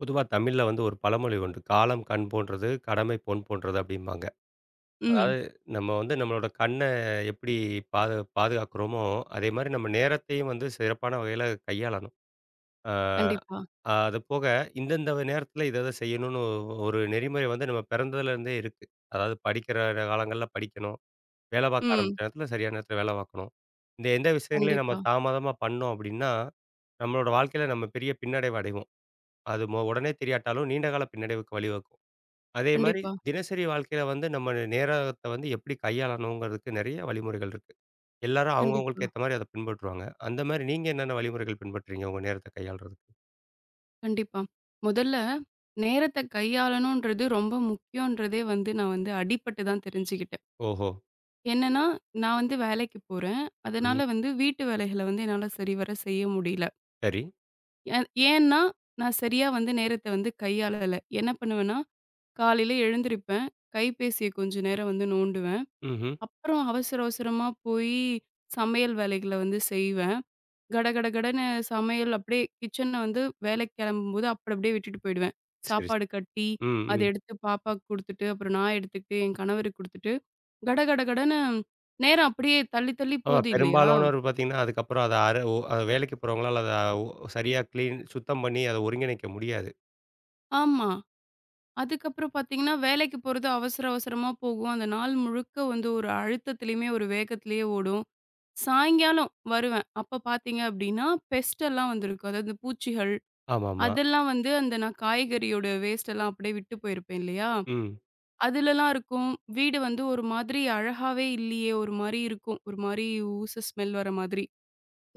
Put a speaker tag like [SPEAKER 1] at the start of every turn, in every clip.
[SPEAKER 1] பொதுவா தமிழ்ல வந்து ஒரு பழமொழி உண்டு. "காலம் கண் போன்றது, கடமை பொன் போன்றது" அப்படிம்பாங்க. அதாவது
[SPEAKER 2] ம்.
[SPEAKER 1] நம்ம வந்து நம்மளோட கண்ண எப்படி பாதுகாக்கிறோமோ, அதே மாரி நம்ம நேரத்தையும் வந்து சிறப்பான வகையில கையாளணும். ஆ,
[SPEAKER 2] கண்டிப்பா.
[SPEAKER 1] அது போக இந்தந்த நேரத்தில இத இத செய்யணும்னு ஒரு நெறிமுறை வந்து நம்ம பிறந்ததுலேருந்தே இருக்கு. அதாவது படிக்கிற காலங்கள்ல படிக்கணும். வேலை பார்க்க
[SPEAKER 2] ம்.
[SPEAKER 1] ஆரம்பிச்ச நேரத்தில சரியான நேரத்தில வேலை பார்க்கணும். இந்த எந்த விஷயங்களையும் நம்ம
[SPEAKER 2] கண்டிப்பா,
[SPEAKER 1] தாமதமா பண்ணோம் அப்படின்னா, நம்மளோட வாழ்க்கையில நம்ம பெரிய பின்னடைவு அடைவோம். அது உடனே தெரியாட்டாலும் நீண்ட கால பின்னடைவுக்கு வழிவகுக்கும். அதே மாரி
[SPEAKER 2] கண்டிப்பா,
[SPEAKER 1] தினசரி வாழ்க்கையில வந்து நம்ம நேரத்த வந்து எப்படி கையாளணுங்கிறதுக்கு நெறைய வழிமுறைகள் இருக்கு. எல்லாரும்
[SPEAKER 2] கண்டிப்பா,
[SPEAKER 1] அவங்கவங்களுக்கு ஏத்த மாரி அத பின்பற்றுவாங்க. அந்த மாரி நீங்க என்னென்ன வழிமுறைகள் பின்பற்றீங்க உங்க நேரத்த கையாள்றதுக்கு?
[SPEAKER 2] கண்டிப்பா. முதல்ல நேரத்த கையாளணுன்றது ரொம்ப முக்கியன்றதே வந்து நான் வந்து அடிபட்டு தான் தெரிஞ்சுக்கிட்டேன்.
[SPEAKER 1] ஓஹோ!
[SPEAKER 2] என்னன்னா, நான் வந்து வேலைக்கு போறேன்.
[SPEAKER 1] ம்.
[SPEAKER 2] அதனால வந்து வீட்டு வேலைகள வந்து என்னால சரிவர செய்ய முடியல.
[SPEAKER 1] சரி.
[SPEAKER 2] ஏ ஏன்னா, நான் சரியா வந்து நேரத்த வந்து கையாளல. என்ன பண்ணுவேன்னா, காலையில எழுந்திரிப்பேன். கைபேசிய கொஞ்ச நேரம் வந்து நோண்டுவேன்.
[SPEAKER 1] ம்ஹ்ம்.
[SPEAKER 2] அப்புறம் அவசர அவசரமா போயி சமையல் வேலைகள வந்து செய்வேன். கடகடகடன்னு சமையல் அப்படியே கிச்சன்ல வந்து வேலைக்கு கிளம்பும்போது அப்படி அப்படியே விட்டுட்டு போயிடுவேன்.
[SPEAKER 1] சரி, சரி.
[SPEAKER 2] சாப்பாடு கட்டி,
[SPEAKER 1] ம்,
[SPEAKER 2] அத
[SPEAKER 1] ம்.
[SPEAKER 2] எடுத்து பாப்பாக்கு குடுத்துட்டு, அப்புறம் நான் எடுத்துக்கிட்டு, என் கணவருக்கு குடுத்துட்டு, கடகடகடன்னு நேரம் அப்படியே தள்ளி தள்ளி
[SPEAKER 1] ஆமா,
[SPEAKER 2] போது இல்லையா?
[SPEAKER 1] பெரும்பாலானோர் பார்த்தீங்கன்னா, அதுக்கப்புறம் அத அர ஓ வேலைக்கு போறவங்களால அத ஓ சரியா கிளீன் சுத்தம் பண்ணி அத ஒருங்கிணைக்க முடியாது.
[SPEAKER 2] ஆமா. அதுக்கப்புறம் பார்த்தீங்கன்னா, வேலைக்கு போறது அவசர அவசரமா போகும். அந்த நாள் முழுக்க வந்து ஒரு அழுத்தத்திலயுமே, ஒரு வேகத்திலயே ஓடும். சாயங்காலம் வருவேன். அப்ப பார்த்தீங்க அப்படின்னா, பெஸ்ட் எல்லாம் வந்திருக்கும். அதாவது பூச்சிகள்,
[SPEAKER 1] ஆமாமா.
[SPEAKER 2] அதெல்லாம் வந்து அந்த நான் காய்கறியோட வேஸ்ட் எல்லாம் அப்படியே விட்டு போயிருப்பேன் இல்லையா?
[SPEAKER 1] ம்.
[SPEAKER 2] அதுலலாம் இருக்கும். வீடு வந்து ஒரு மாதிரி அழகாவே இல்லையே! ஒரு மாரி இருக்கும். ஒரு மாரி ஊச ஸ்மெல் வர மாதிரி.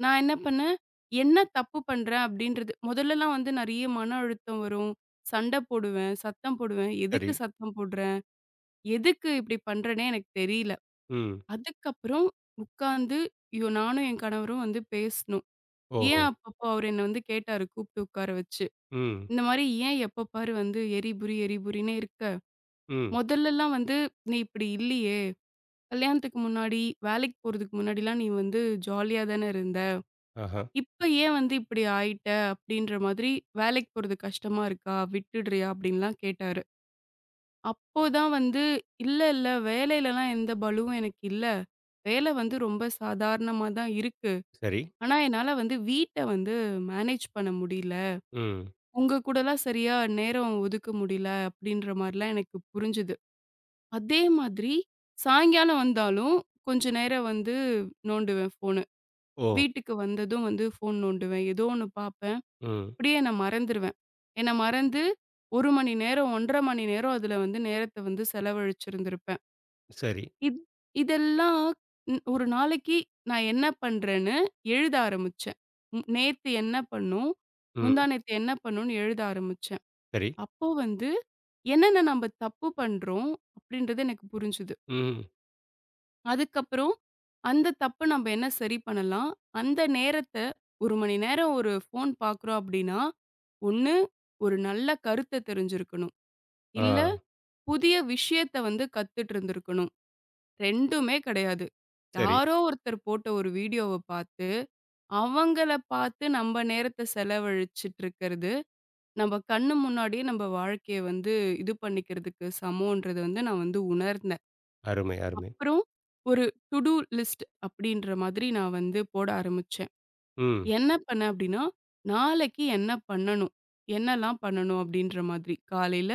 [SPEAKER 2] நான் என்ன பண்ணேன், என்ன தப்பு பண்றேன் அப்டின்றது முதல்லலாம் வந்து நெறைய மன அழுத்தம் வரும். சண்ட போடுவேன், சத்தம் போடுவேன்.
[SPEAKER 1] சரி.
[SPEAKER 2] எதுக்கு சத்தம் போடுறேன்? எதுக்கு இப்டி பண்றேன்னே எனக்கு தெரியல.
[SPEAKER 1] ம்.
[SPEAKER 2] அதுக்கப்புறம் உட்கார்ந்து ஐயோ! நானும் என் கணவரும் வந்து பேசினோம். ஏன்
[SPEAKER 1] ஓஹோ!
[SPEAKER 2] அப்பப்போ அவரு என்ன வந்து கேட்டாரு கூப்ட்டு உட்கார வச்சு.
[SPEAKER 1] ம்.
[SPEAKER 2] இந்த மாரி ஏன் எப்ப பாரு வந்து எரிபுரி எரிபுரின்னே இருக்க?
[SPEAKER 1] ம்.
[SPEAKER 2] முதல்லலாம் வந்து நீ இப்டி இல்லையே! கல்யாணத்துக்கு முன்னாடி, வேலைக்கு போறதுக்கு முன்னாடிலாம் நீ வந்து ஜாலியா தானே இருந்த.
[SPEAKER 1] ஆஹா.
[SPEAKER 2] இப்ப ஏன் வந்து இப்படி ஆயிட்ட? அப்படின்ற மாதிரி வேலைக்கு போறது கஷ்டமா இருக்கா? விட்டுடுறியா? அப்படின்லாம் கேட்டாரு. அப்போதான் வந்து இல்ல, வேலையிலலாம் எந்த பலுவும் எனக்கு இல்ல. வேலை வந்து ரொம்ப சாதாரணமா தான் இருக்கு.
[SPEAKER 1] சரி.
[SPEAKER 2] ஆனா என்னால வந்து வீட்ட வந்து மேனேஜ் பண்ண முடியல.
[SPEAKER 1] ம்.
[SPEAKER 2] உங்க கூடலாம் சரியா நேரம் ஒதுக்க முடியல அப்படின்ற மாரிலாம் எனக்கு புரிஞ்சுது. அதே மாதிரி சாயங்காலம் வந்தாலும் கொஞ்ச நேரம் வந்து நோண்டுவேன் ஃபோன.
[SPEAKER 1] ஓ!
[SPEAKER 2] வீட்டுக்கு வந்ததும் வந்து ஃபோன் நோண்டுவேன். ஏதோ ஒண்ணு பாப்பேன்.
[SPEAKER 1] ம்.
[SPEAKER 2] அப்படியே நான் மறந்துருவேன். என்ன மறந்து 1 மணி நேரம், 1 1/2 மணி நேரம் அதுல வந்து நேரத்த வந்து செலவழிச்சிருந்திருப்பேன்.
[SPEAKER 1] சரி.
[SPEAKER 2] இத் இதெல்லாம் ஒரு நாளைக்கு நான் என்ன பண்றேன்னு எழுத ஆரம்பிச்சேன். நேத்து என்ன பண்ணோம்?
[SPEAKER 1] ம்.
[SPEAKER 2] முந்தா நேத்து என்ன பண்ணோம்ன்னு எழுத ஆரம்பிச்சேன்.
[SPEAKER 1] சரி.
[SPEAKER 2] அப்போ வந்து என்னென்ன நம்ப தப்பு பண்றோம்? அப்படின்றது எனக்கு புரிஞ்சுது.
[SPEAKER 1] ம்.
[SPEAKER 2] அதுக்கப்புறம், அந்த தப்பு நம்ப என்ன சரி பண்ணலாம்? அந்த நேரத்த 1 மணி நேரம் ஒரு ஃபோன் பார்க்குறோம் அப்டின்னா, ஒண்ணு ஒரு நல்ல கருத்த தெரிஞ்சிருக்கணும். இல்ல
[SPEAKER 1] ஆ.
[SPEAKER 2] புதிய விஷயத்த வந்து கத்துட்டு இருந்திருக்கணும். 2மே கெடையாது.
[SPEAKER 1] சரி.
[SPEAKER 2] யாரோ ஒருத்தர் போட்ட ஒரு வீடியோவ பார்த்து, அவங்கள பார்த்து நம்ப நேரத்த செலவழிச்சுட்டு இருக்கிறது, நம்ப கண்ணு முன்னாடியே நம்ப வாழ்க்கைய வந்து இது பண்ணிக்கிறதுக்கு சமம்ன்றது வந்து நான் வந்து உணர்ந்தேன்.
[SPEAKER 1] அருமை, அருமை.
[SPEAKER 2] அப்புறம் ஒரு டூ லிஸ்ட் அப்படின்ற மாதிரி நான் வந்து போட ஆரம்பிச்சேன்.
[SPEAKER 1] ம்.
[SPEAKER 2] என்ன பண்ணேன் அப்படின்னா, நாளைக்கு என்ன பண்ணணும்? என்னலாம் பண்ணணும்? அப்படின்ற மாதிரி. காலையில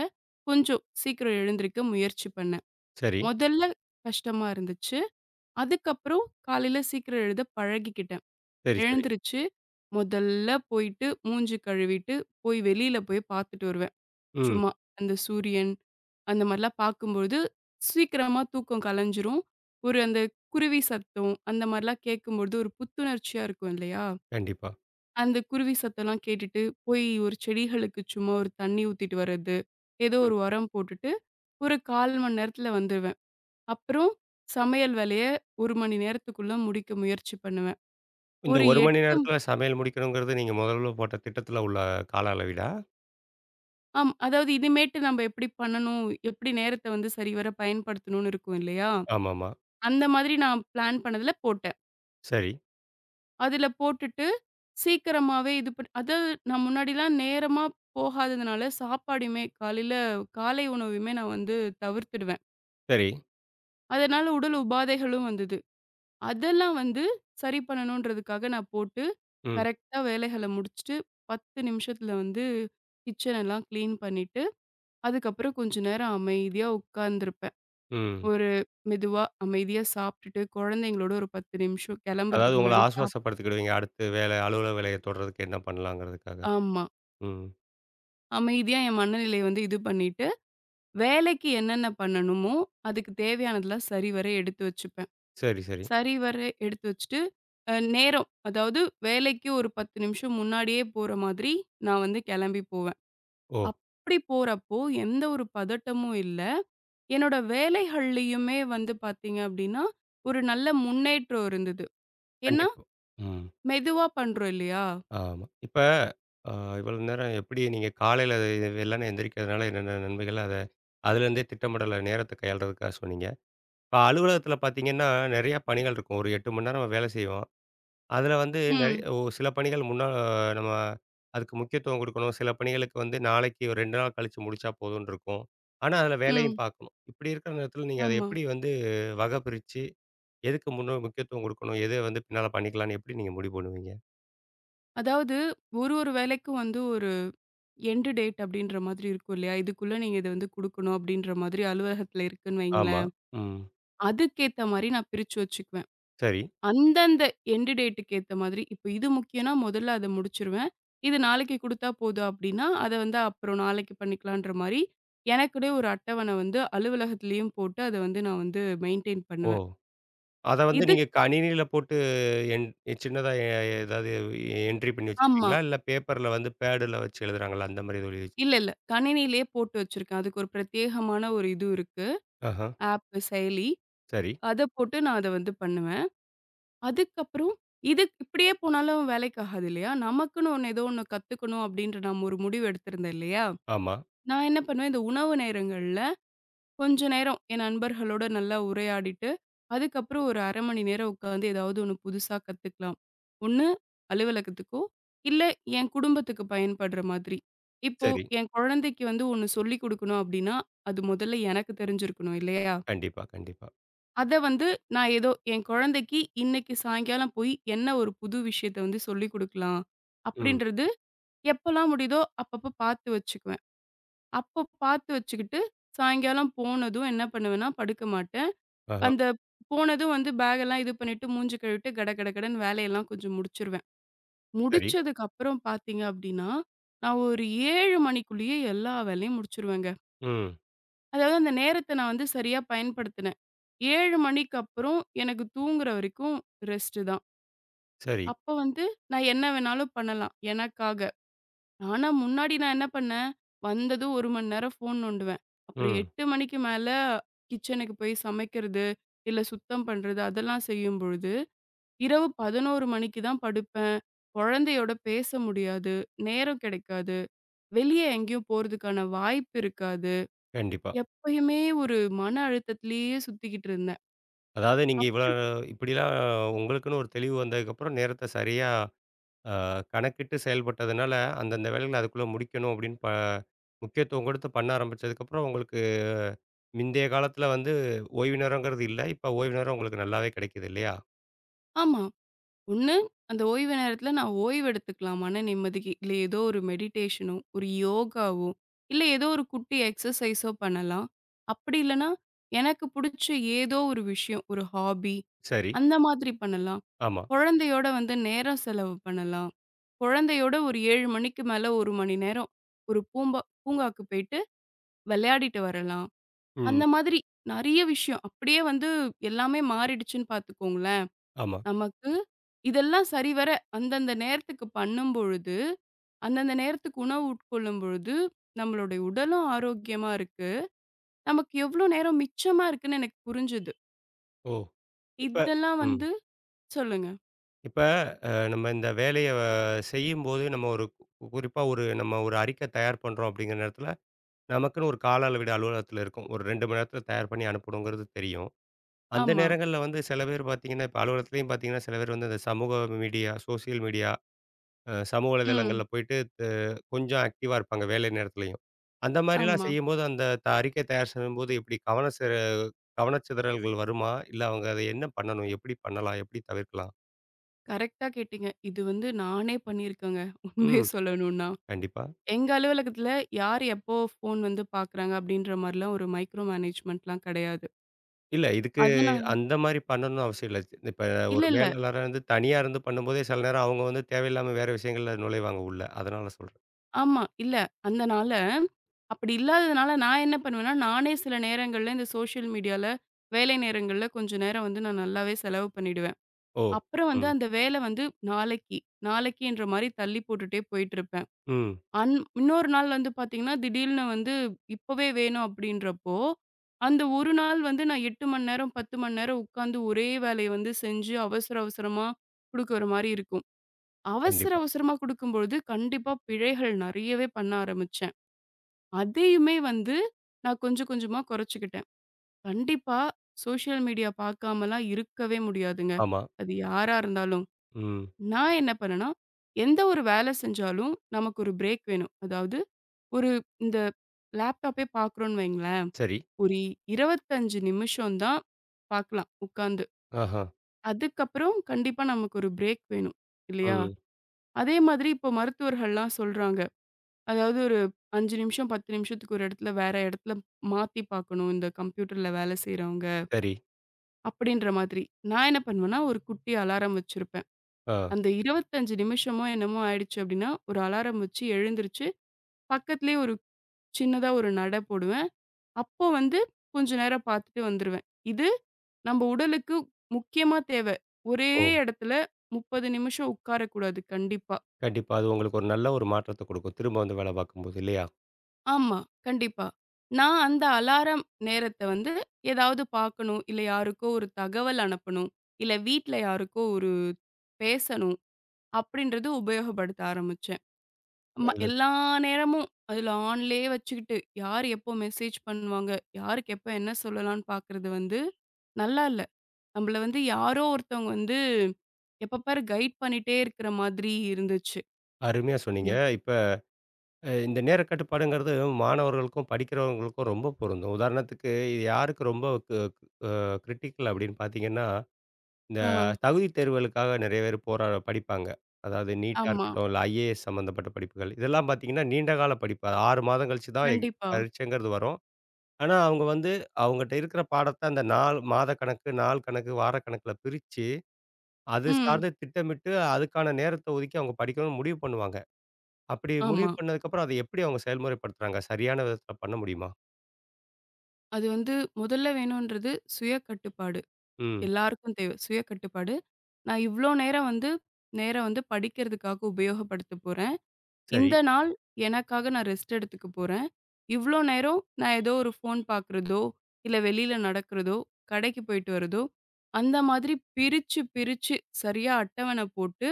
[SPEAKER 2] கொஞ்சம் சீக்கிரம் எழுந்திரிக்க முயற்சி பண்ணேன்.
[SPEAKER 1] சரி,
[SPEAKER 2] முதல்ல கஷ்டமா இருந்துச்சு. அதுக்கப்புறம் காலையில சீக்கிரம் எழுத பழகிக்கிட்டேன்.
[SPEAKER 1] சரி, சரி.
[SPEAKER 2] எழுந்திரிச்சு, முதல்ல போயிட்டு மூஞ்சு கழுவிட்டு, போய் வெளியில போய் பார்த்துட்டு வருவேன்.
[SPEAKER 1] ம்.
[SPEAKER 2] சும்மா. அந்த சூரியன், அந்த மாரிலாம் பார்க்கும்பொழுது, சீக்கிரமா தூக்கம் கலைஞ்சிரும். ஒரு அந்த குருவி சத்தம், அந்த மாரிலாம் கேட்கும்பொழுது ஒரு புத்துணர்ச்சியா இருக்கும் இல்லையா?
[SPEAKER 1] கண்டிப்பா.
[SPEAKER 2] அந்த குருவி சத்தம்லாம் கேட்டுட்டு, போய் ஒரு செடிகளுக்கு சும்மா ஒரு தண்ணி ஊத்திட்டு வர்றது, ஏதோ
[SPEAKER 1] ம்.
[SPEAKER 2] ஒரு உரம் போட்டுட்டு, ஒரு 1/4 மணி நேரத்துல வந்துருவேன். அப்புறம் சமையல் வேலைய 1 மணி நேரத்துக்குள்ள முடிக்க முயற்சி பண்ணுவேன்.
[SPEAKER 1] இந்த
[SPEAKER 2] ஒரு
[SPEAKER 1] 1 மணி
[SPEAKER 2] 8
[SPEAKER 1] நேரத்தில சமையல் முடிக்கணுங்கிறது நீங்க முதல்ல போட்ட திட்டத்தில உள்ள கால அளவீடா?
[SPEAKER 2] ஆம் அதாவது இனிமேட்டு நம்ம எப்படி பண்ணணும்? எப்படி நேரத்த வந்து சரிவர பயன்படுத்தணும்னு இருக்கும் இல்லையா?
[SPEAKER 1] ஆமாமா.
[SPEAKER 2] அந்த மாதிரி நான் பிளான் பண்ணதுல போட்டேன்.
[SPEAKER 1] சரி,
[SPEAKER 2] அதுல போட்டுட்டு சீக்கிரமாவே இது பண் அதாவது நான் முன்னாடிலாம் நேரமா போகாததுனால சாப்பாடுமே காலையில காலை உணவுமே நான் வந்து தவிர்த்துடுவேன்.
[SPEAKER 1] சரி.
[SPEAKER 2] அதனால உடல் உபாதைகளும் வந்தது. அதெல்லாம் வந்து சரி பண்ணணுன்றதுக்காக நான் போட்டு,
[SPEAKER 1] ம்,
[SPEAKER 2] கரெக்ட்டா வேலைகள முடிச்சுட்டு 10 நிமிஷத்துல வந்து கிச்சன் எல்லாம் கிளீன் பண்ணிட்டு, அதுக்கப்புறம் கொஞ்ச நேரம் அமைதியா உட்கார்ந்திருப்பேன்.
[SPEAKER 1] ம்.
[SPEAKER 2] ஒரு மெதுவா அமைதியா சாப்பிட்டுட்டு, குழந்தைங்களோட ஒரு 10 நிமிஷம்
[SPEAKER 1] அதாவது
[SPEAKER 2] கிளம்புறதுக்கு
[SPEAKER 1] உங்கள
[SPEAKER 2] முன்னாடி
[SPEAKER 1] ஆசுவாசப்படுத்திக்கிடுவீங்க. அடுத்து வேலை அலுவலக வேலைய தொடர்றதுக்கு என்ன பண்ணலாங்கிறதுக்காக.
[SPEAKER 2] ஆமா.
[SPEAKER 1] ம்.
[SPEAKER 2] அமைதியா என் மனநிலைய வந்து இது பண்ணிட்டு, வேலைக்கு என்னென்ன பண்ணணுமோ, அதுக்கு தேவையானதெல்லாம் சரிவர எடுத்து வச்சுப்பேன்.
[SPEAKER 1] சரி, சரி.
[SPEAKER 2] சரிவர எடுத்து வச்சுட்டு, நேரம் அதாவது வேலைக்கு ஒரு 10 நிமிஷம் முன்னாடியே போற மாதிரி நான் வந்து கிளம்பி போவேன்.
[SPEAKER 1] ஓ!
[SPEAKER 2] அப்படி போறப்போ எந்த ஒரு பதட்டமும் இல்ல. என்னோட வேலைகள்லயுமே வந்து பார்த்தீங்க அப்படின்னா, ஒரு நல்ல முன்னேற்றம் இருந்தது. ஏன்னா,
[SPEAKER 1] கண்டிப்பா. ம்.
[SPEAKER 2] மெதுவா பண்றோம் இல்லையா?
[SPEAKER 1] ஆமா. இப்ப அ இவ்வளவு நேரம் எப்படி நீங்க காலையில வெள்ளன எந்திரிக்கிறதுனால என்னென்ன நன்மைகள், அத அதுலேருந்தே திட்டமிடல நேரத்த கையாளுறதுக்காக சொன்னீங்க. இப்ப அலுவலகத்தில பார்த்தீங்கன்னா, நெறைய பணிகள் இருக்கும். ஒரு 8 மணி நேரம் நம்ம வேலை செய்வோம். அதில வந்து நெறைய
[SPEAKER 2] ம்,
[SPEAKER 1] சில பணிகள் முன்னா நம்ம அதுக்கு முக்கியத்துவம் குடுக்கணும். சில பணிகளுக்கு வந்து நாளைக்கு ஒரு 2 நாள் கழிச்சு முடிச்சா போதும்ன்னு இருக்கும். ஆனா, அதில வேலையும்
[SPEAKER 2] ம்.
[SPEAKER 1] பார்க்கணும். இப்படி இருக்கிற நேரத்தில நீங்க அத
[SPEAKER 2] ஆமா.
[SPEAKER 1] எப்படி வந்து வகை பிரிச்சு, எதுக்கு முன்ன முக்கியத்துவம் குடுக்கணும்? எத வந்து பின்னால பண்ணிக்கலாம்ன்னு எப்படி நீங்க முடிவு பண்ணுவீங்க?
[SPEAKER 2] அதாவது ஒரு ஒரு வேலைக்கும் வந்து ஒரு எண்ட் டேட் அப்படின்ற மாதிரி இருக்கும் இல்லையா? இதுக்குள்ள நீங்க இத வந்து குடுக்கணும் அப்படின்ற மாதிரி அலுவலகத்துல இருக்குன்னு
[SPEAKER 1] ஆமா.
[SPEAKER 2] வைங்களேன்.
[SPEAKER 1] ம்.
[SPEAKER 2] அதுக்கேத்த மாரி நான் பிரிச்சு வச்சுக்குவேன்.
[SPEAKER 1] சரி.
[SPEAKER 2] அந்தந்த எண்ட் டேட்டுக்கு ஏத்த மாதிரி இப்ப இது முக்கியம்னா முதல்ல அத முடிச்சுருவேன். இது நாளைக்கு குடுத்தா போதும் அப்படின்னா, அத வந்து அப்புறம் நாளைக்கு பண்ணிக்கலான்ற மாரி, எனக்குன்னே ஒரு அட்டவணை வந்து அலுவலகத்திலயும் போட்டு அத வந்து நான் வந்து மெயின்டெயின்
[SPEAKER 1] ஓ!
[SPEAKER 2] பண்ணுவேன்.
[SPEAKER 1] அத வந்து
[SPEAKER 2] இது
[SPEAKER 1] நீங்க கணினியில போட்டு என் சின்னதா ஏதாவது என்ட்ரி பண்ணி
[SPEAKER 2] ஆமா.
[SPEAKER 1] வச்சிருப்பீங்களா? இல்ல பேப்பர்ல வந்து பேடுல வச்சு எழுதுறாங்கல்ல, அந்த மாரி எதுவும் எழுதி
[SPEAKER 2] இல்ல,
[SPEAKER 1] வச்சிருப்பீங்களா?
[SPEAKER 2] இல்ல. கணினியிலேயே போட்டு வச்சிருக்கேன். அதுக்கு ஒரு பிரத்யேகமான ஒரு இது இருக்கு.
[SPEAKER 1] ஆஹா,
[SPEAKER 2] ஆப் செயலி.
[SPEAKER 1] சரி.
[SPEAKER 2] அத போட்டு நான் அத வந்து பண்ணுவேன். அதுக்கப்புறம் இது இப்படியே போனாலும் வேலைக்கு ஆகாது இல்லையா? நமக்குன்னு ஒண்ணு ஏதோ ஒண்ணு கத்துக்கணும் அப்படின்ற நம்ம ஒரு முடிவு எடுத்திருந்தேன் இல்லையா?
[SPEAKER 1] ஆமா,
[SPEAKER 2] நான் என்ன பண்ணுவேன், இந்த உணவு நேரங்கள்ல கொஞ்ச நேரம் என் நண்பர்களோட நல்லா உரையாடிட்டு, அதுக்கப்புறம் ஒரு 1/2 மணி நேரம் உட்காந்து ஏதாவது ஒண்ணு புதுசா கத்துக்கலாம். ஒண்ணு அலுவலகத்துக்கோ, இல்ல என் குடும்பத்துக்கு பயன்படுற மாதிரி. இப்போ
[SPEAKER 1] சரி.
[SPEAKER 2] என் குழந்தைக்கு வந்து ஒண்ணு சொல்லிக் குடுக்கணும் அப்படின்னா, அது முதல்ல எனக்கு தெரிஞ்சிருக்கணும் இல்லையா?
[SPEAKER 1] கண்டிப்பா, கண்டிப்பா.
[SPEAKER 2] அத வந்து நான் ஏதோ என் குழந்தைக்கு இன்னைக்கு சாயங்காலம் போய் என்ன ஒரு புது விஷயத்த வந்து சொல்லிக் குடுக்கலாம்.
[SPEAKER 1] ம்.
[SPEAKER 2] அப்படின்றது எப்பலாம் முடியுதோ அப்பப்ப பார்த்து வச்சுக்குவேன். அப்போ பார்த்து வச்சுக்கிட்டு, சாயங்காலம் போனதும் என்ன பண்ணுவேன்னா படுக்க மாட்டேன்.
[SPEAKER 1] ஆஹா,
[SPEAKER 2] அந்த போனதும் வந்து பேக்கெல்லாம் இது பண்ணிட்டு மூஞ்சு கழுவிட்டு கட கட கடன்னு வேலையெல்லாம் கொஞ்சம் முடிச்சுருவேன்.
[SPEAKER 1] சரி.
[SPEAKER 2] முடிச்சதுக்கு அப்புறம் பார்த்தீங்க அப்படின்னா, நான் ஒரு 7 மணிக்குள்ளேயே எல்லா வேலையும் முடிச்சுருவேங்க.
[SPEAKER 1] ம்.
[SPEAKER 2] அதாவது அந்த நேரத்த நான் வந்து சரியா பயன்படுத்தினேன். 7 மணிக்கு அப்புறம் எனக்கு தூங்குற வரைக்கும் ரெஸ்ட்டு தான்.
[SPEAKER 1] சரி.
[SPEAKER 2] அப்ப வந்து நான் என்ன வேணாலும் பண்ணலாம், எனக்காக. ஆனா முன்னாடி நான் என்ன பண்ணேன், வந்ததும் 1 மணி நேரம் ஃபோன் நோண்டுவேன். அப்புறம்
[SPEAKER 1] ம்.
[SPEAKER 2] 8 மணிக்கு மேல கிச்சனுக்கு போய் சமைக்கிறது, இல்ல சுத்தம் பண்றது அதெல்லாம் செய்யும் பொழுது, இரவு 11 மணிக்கு தான் படுப்பேன். குழந்தையோட பேச முடியாது, நேரம் கிடைக்காது, வெளிய எங்கேயும் போறதுக்கான வாய்ப்பு இருக்காது.
[SPEAKER 1] கண்டிப்பா.
[SPEAKER 2] எப்பயுமே ஒரு மன அழுத்தத்திலேயே சுத்திக்கிட்டு இருந்தேன்.
[SPEAKER 1] அதாவது நீங்க இவ்வளோ
[SPEAKER 2] அப்புறம்
[SPEAKER 1] இப்படிலாம் உங்களுக்குன்னு ஒரு தெளிவு வந்ததுக்கப்புறம் நேரத்த சரியா அ கணக்கிட்டு செயல்பட்டதுனால, அந்தந்த வேலைகள அதுக்குள்ள முடிக்கணும் அப்படின்னு முக்கியத்துவம் கொடுத்து பண்ண ஆரம்பிச்சதுக்கப்புறம் உங்களுக்கு மிந்தைய காலத்துல வந்து ஓய்வு நேரங்கிறது இல்ல. இப்ப ஓய்வு நேரம் உங்களுக்கு நல்லாவே கிடைக்குது இல்லையா?
[SPEAKER 2] ஆமா. ஒண்ணு அந்த ஓய்வு நேரத்தில நான் ஓய்வு எடுத்துக்கலாம் மன நிம்மதிக்கு. இல்ல ஏதோ ஒரு மெடிடேஷனோ, ஒரு யோகாவோ, இல்ல ஏதோ ஒரு குட்டி எக்ஸர்சைஸோ பண்ணலாம். அப்படி இல்லன்னா, எனக்கு புடிச்ச ஏதோ ஒரு விஷயம், ஒரு ஹாபி
[SPEAKER 1] சரி.
[SPEAKER 2] அந்த மாதிரி பண்ணலாம்.
[SPEAKER 1] ஆமா.
[SPEAKER 2] குழந்தையோட வந்து நேரம் செலவு பண்ணலாம். குழந்தையோட ஒரு 7 மணிக்கு மேல 1 மணி நேரம் ஒரு பூம்பா பூங்காவுக்கு போயிட்டு விளையாடிட்டு வரலாம்.
[SPEAKER 1] ம்.
[SPEAKER 2] அந்த மாதிரி நெறைய விஷயம். அப்படியே வந்து எல்லாமே மாறிடுச்சுன்னு பார்த்துக்கோங்களேன்.
[SPEAKER 1] ஆமா.
[SPEAKER 2] நமக்கு இதெல்லாம் சரிவர அந்தந்த நேரத்துக்கு பண்ணும்பொழுது, அந்தந்த நேரத்துக்கு உணவு உட்கொள்ளும் பொழுது, நம்மளுடைய உடலும் ஆரோக்கியமா இருக்கு. நமக்கு எவ்ளோ நேரம் மிச்சமா இருக்குன்னு எனக்கு புரிஞ்சது.
[SPEAKER 1] ஓ! இப்ப
[SPEAKER 2] இதெல்லாம்
[SPEAKER 1] ம்.
[SPEAKER 2] வந்து சொல்லுங்க.
[SPEAKER 1] இப்ப நம்ம இந்த வேலைய செய்யும்போது நம்ம ஒரு குறிப்பா ஒரு நம்ம ஒரு அறிக்கை தயார் பண்றோம் அப்படிங்கிற நேரத்துல, நமக்குன்னு ஒரு கால அளவீடு அலுவலகத்துல இருக்கும். ஒரு 2 மணி நேரத்துல தயார் பண்ணி அனுப்பணுங்கிறது தெரியும். அந்த
[SPEAKER 2] ஆமா.
[SPEAKER 1] நேரங்கள்ல வந்து சில பேர் பார்த்தீங்கன்னா, இப்ப அலுவலகத்துலயும் பார்த்தீங்கன்னா, சில பேர் வந்து இந்த சமூக மீடியா, சோசியல் மீடியா, அ சமூக
[SPEAKER 2] ம்.
[SPEAKER 1] வலைதளங்கள்ல போயிட்டு கொஞ்சம் ஆக்டிவா இருப்பாங்க வேலை நேரத்துலயும். அந்த மாரிலாம்
[SPEAKER 2] ஆமா.
[SPEAKER 1] செய்யும்போது அந்த அறிக்கை தயார் செய்யும்போது எப்படி கவனச்சிதறல்கள் வருமா? இல்ல அவங்க அத என்ன பண்ணணும்? எப்படி பண்ணலாம்? எப்படி தவிர்க்கலாம்?
[SPEAKER 2] கரெக்ட்டா கேட்டீங்க. இது வந்து நானே பண்ணியிருக்கேங்க. உண்மைய
[SPEAKER 1] ம்.
[SPEAKER 2] சொல்லணும்னா.
[SPEAKER 1] கண்டிப்பா.
[SPEAKER 2] எங்க அலுவலகத்துல யார் எப்போ ஃபோன் வந்து பார்க்குறாங்க அப்படின்ற மாரிலாம் ஒரு மைக்ரோ மேனேஜ்மென்ட்லாம் கிடையாது.
[SPEAKER 1] இல்ல இதுக்கு
[SPEAKER 2] அதனால
[SPEAKER 1] அந்த மாரி பண்ணணும்னு அவசியம் இல்ல. இப்ப
[SPEAKER 2] இல்ல,
[SPEAKER 1] ஒரு
[SPEAKER 2] இல்ல.
[SPEAKER 1] மேலாளரா இருந்து தனியா இருந்து பண்ணும்போதே சில நேரம் அவங்க வந்து தேவையில்லாம வேற விஷயங்கள்ல நுழைவாங்க உள்ள. அதனால சொல்றேன்.
[SPEAKER 2] ஆமா. இல்ல. அந்த நாள்ல அப்படி இல்லாததுனால நான் என்ன பண்ணுவேன்னா, நானே சில நேரங்கள்ல இந்த சோஷியல் மீடியால வேலை நேரங்கள்ல கொஞ்சம் நேரம் வந்து நான் நல்லாவே செலவு பண்ணிடுவேன்.
[SPEAKER 1] ஓ!
[SPEAKER 2] அப்புறம் வந்து
[SPEAKER 1] ம்.
[SPEAKER 2] அந்த வேலை வந்து நாளைக்கு, நாளைக்குன்ற மாரி தள்ளி போட்டுட்டே போயிட்டுருப்பேன்.
[SPEAKER 1] ம்.
[SPEAKER 2] அன் இன்னொரு நாள் வந்து பார்த்தீங்கன்னா, திடீல்னு வந்து இப்பவே வேணும் அப்படின்றப்போ, அந்த ஒரு நாள் வந்து நான் 8 மணி நேரம், 10 மணி நேரம் உட்காந்து ஒரே வேலைய வந்து செஞ்சு அவசர அவசரமா குடுக்குற மாரி இருக்கும். அவசர
[SPEAKER 1] கண்டிப்பா.
[SPEAKER 2] அவசரமா குடுக்கும்பொழுது, கண்டிப்பா பிழைகள் நெறையவே பண்ண ஆரம்பிச்சேன். அதையுமே வந்து நான் கொஞ்சம் கொஞ்சமா குறைச்சுக்கிட்டேன். கண்டிப்பா சோசியல் மீடியா பார்க்காமலாம் இருக்கவே முடியாதுங்க.
[SPEAKER 1] ஆமா.
[SPEAKER 2] அது யாரா இருந்தாலும்.
[SPEAKER 1] ம்.
[SPEAKER 2] நான் என்ன பண்ணேன்னா, எந்த ஒரு வேலை செஞ்சாலும் நமக்கு ஒரு பிரேக் வேணும். அதாவது ஒரு இந்த லேப்டாப்பே பார்க்குறோம்ன்னு வைங்களேன்,
[SPEAKER 1] சரி.
[SPEAKER 2] ஒரு 25 நிமிஷம் தான் பார்க்கலாம் உட்காந்து.
[SPEAKER 1] ஆஹா.
[SPEAKER 2] அதுக்கப்புறம் கண்டிப்பா நமக்கு ஒரு பிரேக் வேணும் இல்லையா?
[SPEAKER 1] ம்.
[SPEAKER 2] அதே மாதிரி இப்போ மருத்துவர்கள்லாம் சொல்றாங்க. அதாவது ஒரு 5 நிமிஷம், 10 நிமிஷத்துக்கு ஒரு இடத்துல, வேற இடத்துல மாத்தி பார்க்கணும். இந்த கம்ப்யூட்டர்ல வேலை செய்றவங்க,
[SPEAKER 1] சரி.
[SPEAKER 2] அப்படின்ற மாதிரி. நான் என்ன பண்ணுவேன்னா, ஒரு குட்டி அலாரம் வச்சிருப்பேன்.
[SPEAKER 1] ஆ.
[SPEAKER 2] அந்த 25 நிமிஷமோ என்னமோ ஆயிடுச்சு அப்படின்னா, ஒரு அலாரம் வச்சு எழுந்திருச்சு, பக்கத்திலேயே ஒரு சின்னதா ஒரு நட போடுவேன். அப்போ வந்து கொஞ்ச நேரம் பார்த்துட்டு வந்துருவேன். இது நம்ம உடலுக்கு முக்கியமா தேவை. ஒரே
[SPEAKER 1] ஓ!
[SPEAKER 2] இடத்துல 30 நிமிஷம் உட்காரக்கூடாது கண்டிப்பா.
[SPEAKER 1] கண்டிப்பா. அது உங்களுக்கு ஒரு நல்ல ஒரு மாற்றத்த குடுக்கும். திரும்ப வந்து வேலை பார்க்கும்போது இல்லையா?
[SPEAKER 2] ஆமா. கண்டிப்பா. நான் அந்த அலாரம் நேரத்த வந்து ஏதாவது பார்க்கணும், இல்ல யாருக்கோ ஒரு தகவல் அனுப்பணும், இல்ல வீட்ல யாருக்கோ ஒரு பேசணும் அப்படின்றது உபயோகப்படுத்த ஆரம்பிச்சேன்.
[SPEAKER 1] நல்லது.
[SPEAKER 2] எல்லா நேரமும் அதுல ஆன்லயே வச்சுக்கிட்டு, யார் எப்போ மெசேஜ் பண்ணுவாங்க, யாருக்கு எப்ப என்ன சொல்லலாம்ன்னு பார்க்கறது வந்து நல்லா இல்ல. நம்மள வந்து யாரோ ஒருத்தவங்க வந்து எப்ப பாரு கைட் பண்ணிட்டே இருக்கிற மாதிரி இருந்துச்சு.
[SPEAKER 1] அருமையா
[SPEAKER 2] ந
[SPEAKER 1] சொன்னீங்க. இப்ப இந்த நேர கட்டுப்பாடுங்கிறது மாணவர்களுக்கும், படிக்கிறவங்களுக்கும் ரொம்ப பொருந்தும். உதாரணத்துக்கு இது யாருக்கு ரொம்ப கிரிட்டிக்கல் அப்படின்னு பார்த்தீங்கன்னா, இந்த
[SPEAKER 2] ஆ.
[SPEAKER 1] தகுதி தேர்வுகளுக்காக நிறைய பேர் போரா படிப்பாங்க. அதாவது நீட்டா
[SPEAKER 2] ஆமா.
[SPEAKER 1] இருக்கட்டும், இல்ல ஐஏஎஸ் சம்மந்தப்பட்ட படிப்புகள். இதெல்லாம் பார்த்தீங்கன்னா, நீண்ட கால படிப்பு. 6 மாதம் கழிச்சு தான்
[SPEAKER 2] கண்டிப்பா.
[SPEAKER 1] பரீட்சைங்கிறது வரும். ஆனா, அவங்க வந்து அவங்கட்ட இருக்கிற பாடத்த அந்த நாள் மாத கணக்கு, நாள் கணக்கு, வார கணக்குல பிரிச்சு அது
[SPEAKER 2] ம்.
[SPEAKER 1] சார்ந்து திட்டமிட்டு, அதுக்கான நேரத்த ஒதுக்கி அவங்க படிக்கணும்னு முடிவு பண்ணுவாங்க. அப்படி முடிவு
[SPEAKER 2] ஆமா.
[SPEAKER 1] பண்ணதுக்கப்புறம், அத எப்படி அவங்க செயல்முறைப்படுத்துறாங்க? சரியான விதத்துல பண்ண முடியுமா?
[SPEAKER 2] அது வந்து முதல்ல வேணுன்றது சுய கட்டுப்பாடு.
[SPEAKER 1] ம்.
[SPEAKER 2] எல்லாருக்கும் தேவை. சுய கட்டுப்பாடு. நான் இவ்ளோ நேரம் வந்து நேரம் வந்து படிக்கிறதுக்காக உபயோகப்படுத்த போறேன்.
[SPEAKER 1] சரி,
[SPEAKER 2] இந்த நாள் எனக்காக நான் ரெஸ்ட் எடுத்துக்க போறேன். இவ்ளோ நேரம் நான் ஏதோ ஒரு ஃபோன் பார்க்குறதோ, இல்ல வெளியில நடக்கிறதோ, கடைக்கு போயிட்டு வரதோ, அந்த மாதிரி பிரிச்சு, பிரிச்சு சரியா அட்டவணை போட்டு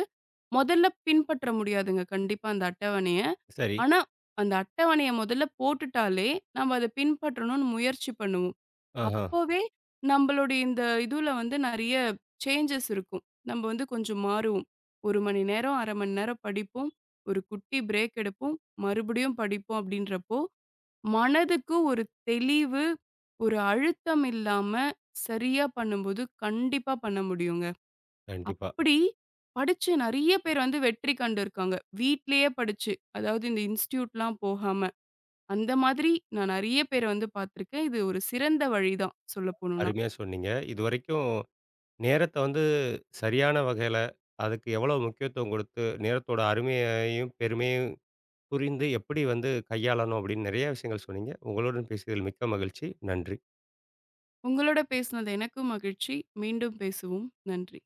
[SPEAKER 2] முதல்ல பின்பற்ற முடியாதுங்க கண்டிப்பா அந்த அட்டவணைய.
[SPEAKER 1] சரி.
[SPEAKER 2] ஆனா, அந்த அட்டவணைய முதல்ல போட்டுட்டாலே நம்ம அத பின்பற்றணும்னு முயற்சி பண்ணுவோம்.
[SPEAKER 1] ஆஹா.
[SPEAKER 2] அப்பவே நம்மளுடைய இந்த இதுல வந்து நெறைய சேஞ்சஸ் இருக்கும். நம்ம வந்து கொஞ்சம் மாறுவோம். 1 மணி நேரம், 1/2 மணி நேரம் படிப்போம். ஒரு குட்டி பிரேக் எடுப்போம். மறுபடியும் படிப்போம் அப்டின்றப்போ, மனதுக்கு ஒரு தெளிவு, ஒரு அழுத்தம் இல்லாம சரியா பண்ணும்போது கண்டிப்பா பண்ண முடியுங்க.
[SPEAKER 1] கண்டிப்பா.
[SPEAKER 2] அப்படி படிச்சு நெறைய பேர் வந்து வெற்றி கண்டுருக்காங்க. வீட்லயே படிச்சு. அதாவது இந்த இன்ஸ்டிடியூட்லாம் போகாம. அந்த மாதிரி நான் நெறைய பேர வந்து பார்த்துருக்கேன். இது ஒரு சிறந்த வழி தான் சொல்லப்போணும்னா.
[SPEAKER 1] அருமையா சொன்னீங்க. இதுவரைக்கும் நேரத்த வந்து சரியான வகையில, அதுக்கு எவ்வளவு முக்கியத்துவம் குடுத்து, நேரத்தோட அருமையையும், பெருமையும் புரிந்து எப்படி வந்து கையாளணும் அப்படின்னு நெறைய விஷயங்கள் சொன்னீங்க. உங்களுடன் பேசியதில் மிக்க மகிழ்ச்சி. நன்றி.
[SPEAKER 2] உங்களோட பேசினது எனக்கும் மகிழ்ச்சி. மீண்டும் பேசுவோம். நன்றி.